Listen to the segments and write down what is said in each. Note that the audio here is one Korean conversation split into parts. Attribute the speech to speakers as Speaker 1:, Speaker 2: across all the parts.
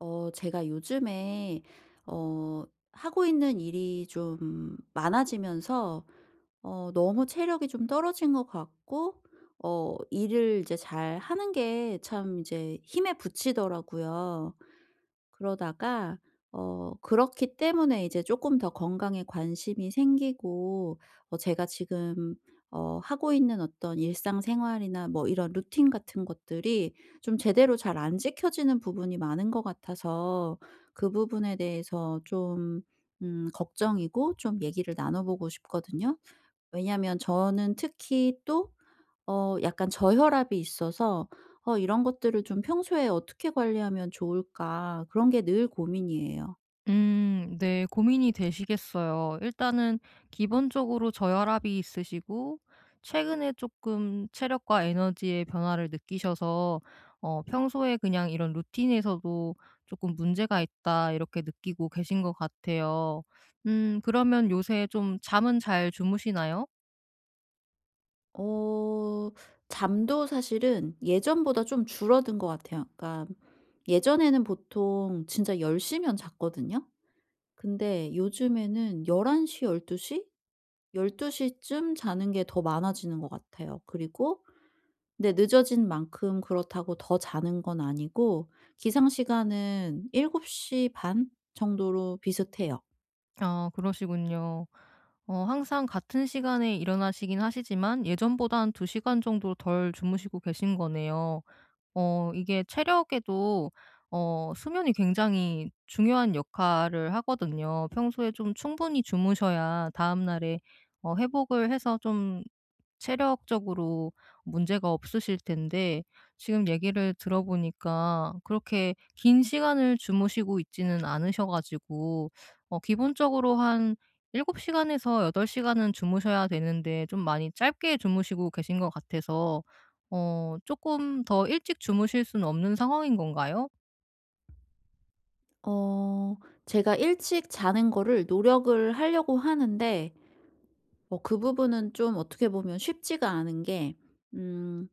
Speaker 1: 제가 요즘에 어 하고 있는 일이 좀 많아지면서 너무 체력이 좀 떨어진 것 같고, 일을 이제 잘하는 게 참 이제 힘에 부치더라고요. 그러다가 그렇기 때문에 이제 쪼끔 더 건강에 관심이 생기고, 제가 지금 하고 있는 어떤 일상생활이나 뭐 이런 루틴 같은 것들이 좀 제대로 잘 안 지켜지는 부분이 많은 것 같아서, 그 부분에 대해서 좀 걱정이고 좀 얘기를 나눠 보고 싶거든요. 왜냐하면 저는 특히 또 약간 저혈압이 있어서 이런 것들을 좀 평소에 어떻게 관리하면 좋을까, 그런 게 늘 고민이에요.
Speaker 2: 음, 네. 고민이 되시겠어요. 일단은 기본적으로 저혈압이 있으시고, 최근에 조금 체력과 에너지의 변화를 느끼셔서 평소에 그냥 이런 루틴에서도 조금 '문제가 있다.' 이렇게 느끼고 계신 것 같아요. 그러면 요새 좀 잠은 잘 주무시나요?
Speaker 1: 어 잠도 사실은 예전보다 좀 줄어든 것 같아요. 그러니까 예전에는 보통 진짜 10 시면 잤거든요. 근데 요즘에는 11 시, 12 시? 12 시쯤 자는 게 더 많아지는 것 같아요. 그리고 근데 늦어진 만큼 그렇다고 더 자는 건 아니고, 기상 시간은 7시 반 정도로 비슷해요.
Speaker 2: 아, 그러시군요. 항상 같은 시간에 일어나시긴 하시지만 예전보다 한 두 시간 정도 덜 주무시고 계신 거네요. 이게 체력에도 수면이 굉장히 중요한 역할을 하거든요. 평소에 좀 충분히 주무셔야 다음날에 회복을 해서 좀 체력적으로 문제가 없으실 텐데, 지금 얘기를 들어보니까 그렇게 긴 시간을 주무시고 있지는 않으셔 가지고 기본적으로 한 7시간 시간에서 8시간 시간은 주무셔야 되는데, 좀 많이 짧게 주무시고 계신 것 같아서 어금더 일찍 주무실 수는 없는 상황인 건가요?
Speaker 1: 어 제가 일찍 자는 거를 노력을 하려고 하는데, 그 부분은 좀 어떻게 보면 쉽지가 않은 게, 음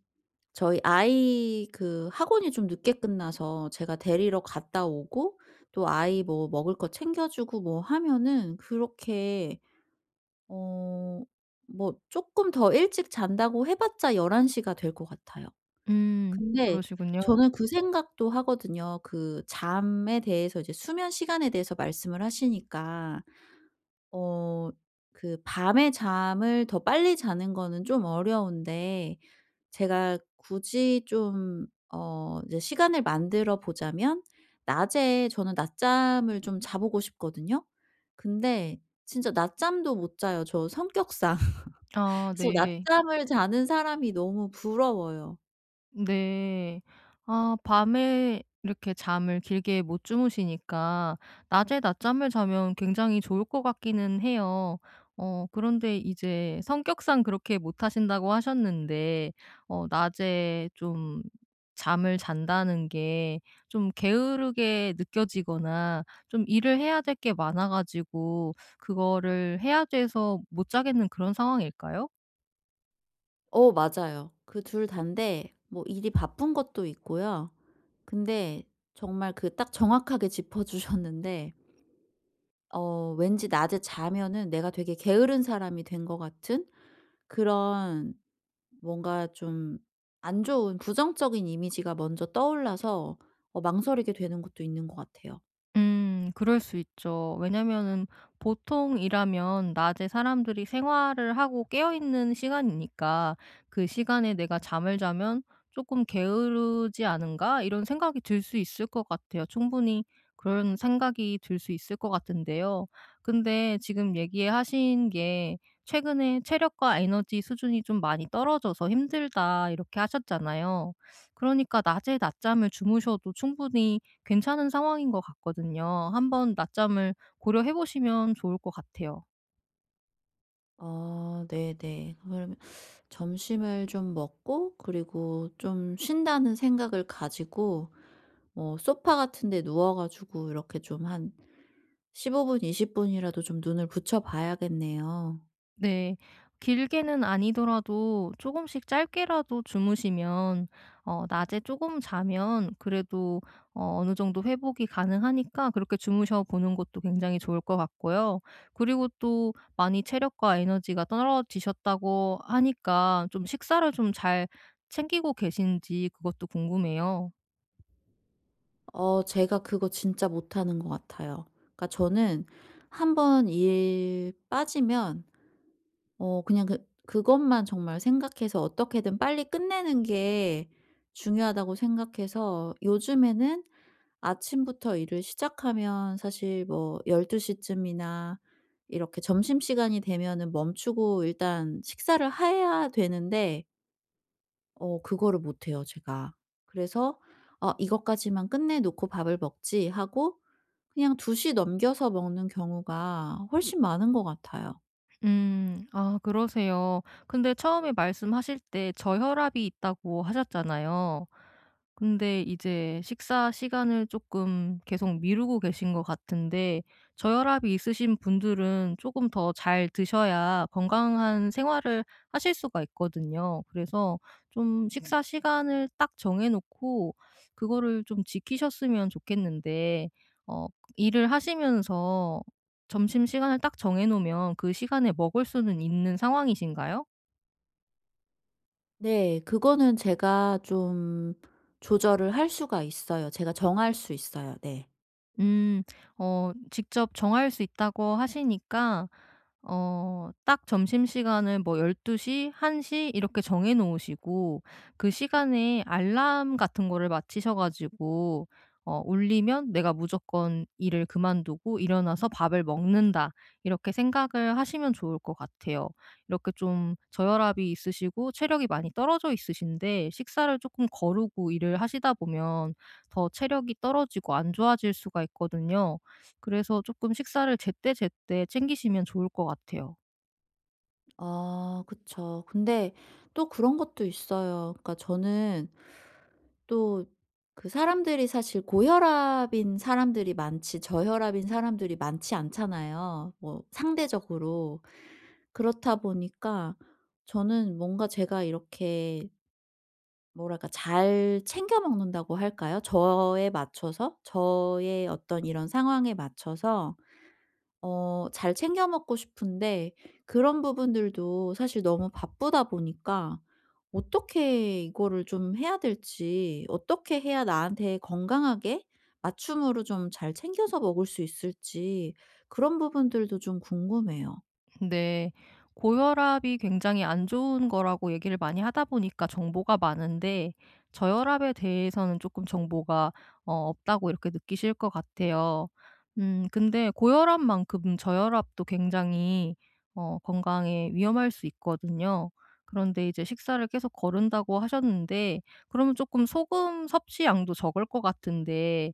Speaker 1: 저희 아이 그 학원이 좀 늦게 끝나서 제가 데리러 갔다 오고, 또 아이 뭐 먹을 거 챙겨 주고 뭐 하면은, 그렇게 어 뭐 쪼끔 더 일찍 잔다고 해 봤자 11 시가 될 것 같아요. 근데
Speaker 2: 그러시군요.
Speaker 1: 저는 그 생각도 하거든요. 그 잠에 대해서, 이제 수면 시간에 대해서 말씀을 하시니까 어 그 밤에 잠을 더 빨리 자는 거는 좀 어려운데, 제가 굳이 좀 이제 시간을 만들어 보자면, 낮에 저는 낮잠을 좀 자 보고 싶거든요. 근데 진짜 낮잠도 못 자요, 저 성격상.
Speaker 2: 아,
Speaker 1: 그래서
Speaker 2: 네.
Speaker 1: 낮잠을 자는 사람이 너무 부러워요.
Speaker 2: 네. 아, 밤에 이렇게 잠을 길게 못 주무시니까 낮에 낮잠을 자면 굉장히 좋을 것 같기는 해요. 그런데 이제 성격상 그렇게 못 하신다고 하셨는데, 낮에 좀 잠을 잔다는 게 좀 게으르게 느껴지거나 좀 일을 해야 될 게 많아 가지고 그거를 해야 돼서 못 자겠는 그런 상황일까요?
Speaker 1: 맞아요. 그 둘 다인데 뭐 일이 바쁜 것도 있고요. 근데 정말 그 딱 정확하게 짚어 주셨는데, 왠지 낮에 자면은 내가 되게 게으른 사람이 된 것 같은, 그런 뭔가 좀 안 좋은 부정적인 이미지가 먼저 떠올라서 망설이게 되는 것도 있는 것 같아요.
Speaker 2: 그럴 수 있죠. 왜냐면은 보통이라면 낮에 사람들이 생활을 하고 깨어 있는 시간이니까 '그 시간에 내가 잠을 자면 조금 게으르지 않은가?' 이런 생각이 들 수 있을 것 같아요. 충분히 그런 생각이 들 수 있을 것 같은데요. 근데 지금 얘기하신 게, 최근에 "체력과 에너지 수준이 좀 많이 떨어져서 힘들다." 이렇게 하셨잖아요. 그러니까 낮에 낮잠을 주무셔도 충분히 괜찮은 상황인 것 같거든요. 한번 낮잠을 고려해 보시면 좋을 것 같아요.
Speaker 1: 아, 네네. 그러면 점심을 좀 먹고 그리고 좀 쉰다는 생각을 가지고 뭐 소파 같은 데 누워 가지고 이렇게 좀 한 15분, 20 분이라도 좀 눈을 붙여 봐야겠네요.
Speaker 2: 네. 길게는 아니더라도 조금씩 짧게라도 주무시면, 낮에 조금 자면 그래도 어느 정도 회복이 가능하니까 그렇게 주무셔 보는 것도 굉장히 좋을 것 같고요. 그리고 또 많이 체력과 에너지가 떨어지셨다고 하니까 좀 식사를 좀 잘 챙기고 계신지 그것도 궁금해요.
Speaker 1: 제가 그거 진짜 못하는 것 같아요. 그러니까 저는 한번 일 빠지면 그냥 그것만 정말 생각해서 어떻게든 빨리 끝내는 게 중요하다고 생각해서, 요즘에는 아침부터 일을 시작하면, 사실 뭐 12 시쯤이나 이렇게 점심시간이 되면은 멈추고 일단 식사를 해야 되는데 그거를 못 해요, 제가. 그래서 '어 이것까지만 끝내 놓고 밥을 먹지.' 하고 그냥 2시 넘겨서 먹는 경우가 훨씬 많은 것 같아요.
Speaker 2: 음. 아, 그러세요. 근데 처음에 말씀하실 때 저혈압이 있다고 하셨잖아요. 근데 이제 식사 시간을 조금 계속 미루고 계신 것 같은데, 저혈압이 있으신 분들은 조금 더 잘 드셔야 건강한 생활을 하실 수가 있거든요. 그래서 좀, 네, 식사 시간을 딱 정해 놓고 그거를 좀 지키셨으면 좋겠는데, 어 일을 하시면서 점심시간을 딱 정해 놓으면 그 시간에 먹을 수는 있는 상황이신가요?
Speaker 1: 네. 그거는 제가 좀 조절을 할 수가 있어요. 제가 정할 수 있어요. 네.
Speaker 2: 음. 직접 정할 수 있다고 하시니까 딱 점심시간을 뭐 12시 시, 1시 이렇게 정해 놓으시고, 그 시간에 알람 같은 거를 맞추셔 가지고 울리면 '내가 무조건 일을 그만두고 일어나서 밥을 먹는다.' 이렇게 생각을 하시면 좋을 것 같아요. 이렇게 좀 저혈압이 있으시고 체력이 많이 떨어져 있으신데 식사를 조금 거르고 일을 하시다 보면 더 체력이 떨어지고 안 좋아질 수가 있거든요. 그래서 조금 식사를 제때제때 챙기시면 좋을 것 같아요.
Speaker 1: 아, 그쵸. 근데 또 그런 것도 있어요. 그러니까 저는 또, 그 사람들이 사실 고혈압인 사람들이 많지 저혈압인 사람들이 많지 않잖아요, 뭐 상대적으로. 그렇다 보니까 저는 뭔가 제가 이렇게 뭐랄까, 잘 챙겨 먹는다고 할까요? 저에 맞춰서, 저의 어떤 이런 상황에 맞춰서 잘 챙겨 먹고 싶은데, 그런 부분들도 사실 너무 바쁘다 보니까 어떻게 이거를 좀 해야 될지, 어떻게 해야 나한테 건강하게 맞춤으로 좀 잘 챙겨서 먹을 수 있을지, 그런 부분들도 좀 궁금해요.
Speaker 2: 네. 고혈압이 굉장히 안 좋은 거라고 얘기를 많이 하다 보니까 정보가 많은데, 저혈압에 대해서는 조금 정보가 없다고 이렇게 느끼실 것 같아요. 근데 고혈압만큼 저혈압도 굉장히 건강에 위험할 수 있거든요. 그런데 이제 식사를 계속 거른다고 하셨는데 그러면 조금 소금 섭취량도 적을 것 같은데,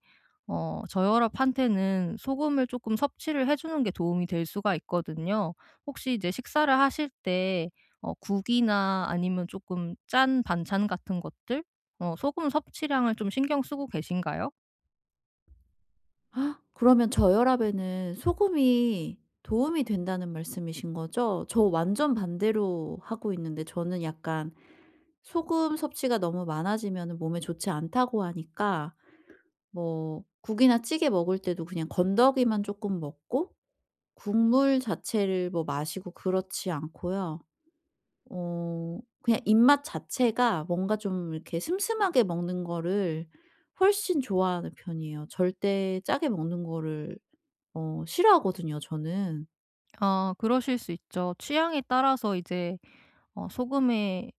Speaker 2: 저혈압한테는 소금을 조금 섭취를 해 주는 게 도움이 될 수가 있거든요. 혹시 이제 식사를 하실 때 국이나 아니면 조금 짠 반찬 같은 것들, 소금 섭취량을 좀 신경 쓰고 계신가요?
Speaker 1: 아, 그러면 저혈압에는 소금이 도움이 된다는 말씀이신 거죠? 저 완전 반대로 하고 있는데, 저는 약간 소금 섭취가 너무 많아지면 몸에 좋지 않다고 하니까, 뭐 국이나 찌개 먹을 때도 그냥 건더기만 쪼끔 먹고 국물 자체를 뭐 마시고 그렇지 않고요. 그냥 입맛 자체가 뭔가 좀 이렇게 슴슴하게 먹는 거를 훨씬 좋아하는 편이에요. 절대 짜게 먹는 거를 싫어하거든요, 저는.
Speaker 2: 아, 그러실 수 있죠. 취향에 따라서 이제 소금의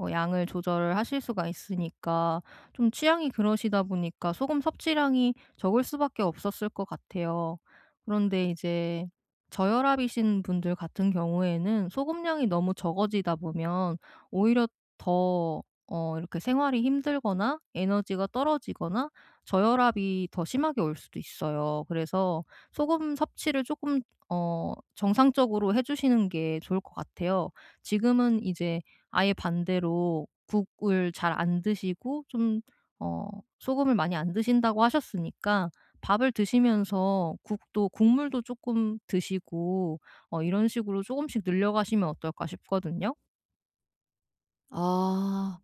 Speaker 2: 양을 조절을 하실 수가 있으니까, 좀 취향이 그러시다 보니까 소금 섭취량이 적을 수밖에 없었을 것 같아요. 그런데 이제 저혈압이신 분들 같은 경우에는 소금량이 너무 적어지다 보면, 오히려 더 이렇게 생활이 힘들거나 에너지가 떨어지거나 저혈압이 더 심하게 올 수도 있어요. 그래서 소금 섭취를 조금 정상적으로 해 주시는 게 좋을 것 같아요. 지금은 이제 아예 반대로 국을 잘 안 드시고 좀 어 소금을 많이 안 드신다고 하셨으니까, 밥을 드시면서 국도 국물도 조금 드시고 이런 식으로 조금씩 늘려가시면 어떨까 싶거든요.
Speaker 1: 아.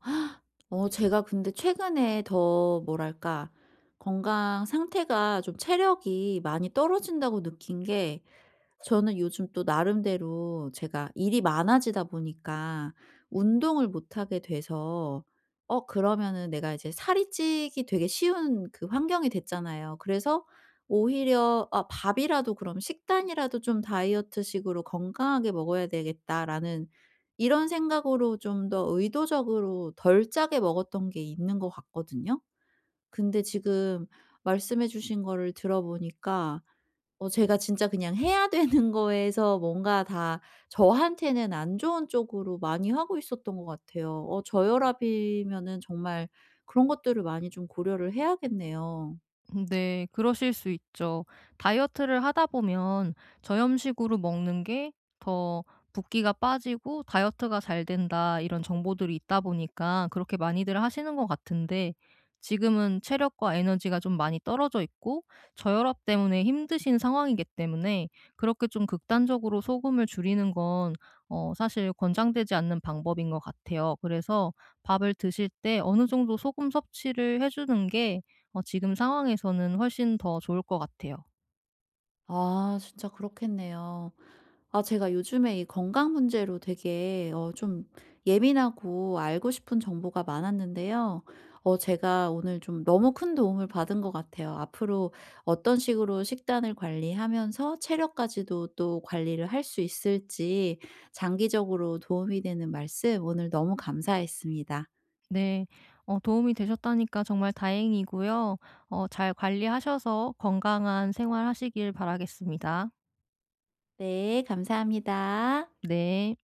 Speaker 1: 제가 근데 최근에 더 뭐랄까, 건강 상태가 좀, 체력이 많이 떨어진다고 느낀 게, 저는 요즘 또 나름대로 제가 일이 많아지다 보니까 운동을 못 하게 돼서 그러면은 내가 이제 살이 찌기 되게 쉬운 그 환경이 됐잖아요. 그래서 오히려 '아, 밥이라도 그럼 식단이라도 좀 다이어트식으로 건강하게 먹어야 되겠다.'라는 이런 생각으로 좀 더 의도적으로 덜 짜게 먹었던 게 있는 것 같거든요. 근데 지금 말씀해 주신 거를 들어 보니까 제가 진짜 그냥 해야 되는 거에서 뭔가 다 저한테는 안 좋은 쪽으로 많이 하고 있었던 것 같아요. 저혈압이면은 정말 그런 것들을 많이 좀 고려를 해야겠네요.
Speaker 2: 네, 그러실 수 있죠. 다이어트를 하다 보면 저염식으로 먹는 게 더 붓기가 빠지고 다이어트가 잘 된다 이런 정보들이 있다 보니까 그렇게 많이들 하시는 것 같은데, 지금은 체력과 에너지가 좀 많이 떨어져 있고 저혈압 때문에 힘드신 상황이기 때문에 그렇게 좀 극단적으로 소금을 줄이는 건 사실 권장되지 않는 방법인 것 같아요. 그래서 밥을 드실 때 어느 정도 소금 섭취를 해주는 게 지금 상황에서는 훨씬 더 좋을 것 같아요.
Speaker 1: 아, 진짜 그렇겠네요. 아, 제가 요즘에 이 건강 문제로 되게 좀 예민하고 알고 싶은 정보가 많았는데요. 제가 오늘 좀 너무 큰 도움을 받은 것 같아요. 앞으로 어떤 식으로 식단을 관리하면서 체력까지도 또 관리를 할 수 있을지, 장기적으로 도움이 되는 말씀 오늘 너무 감사했습니다.
Speaker 2: 네. 도움이 되셨다니까 정말 다행이고요. 잘 관리하셔서 건강한 생활 하시길 바라겠습니다.
Speaker 1: 네, 감사합니다.
Speaker 2: 네.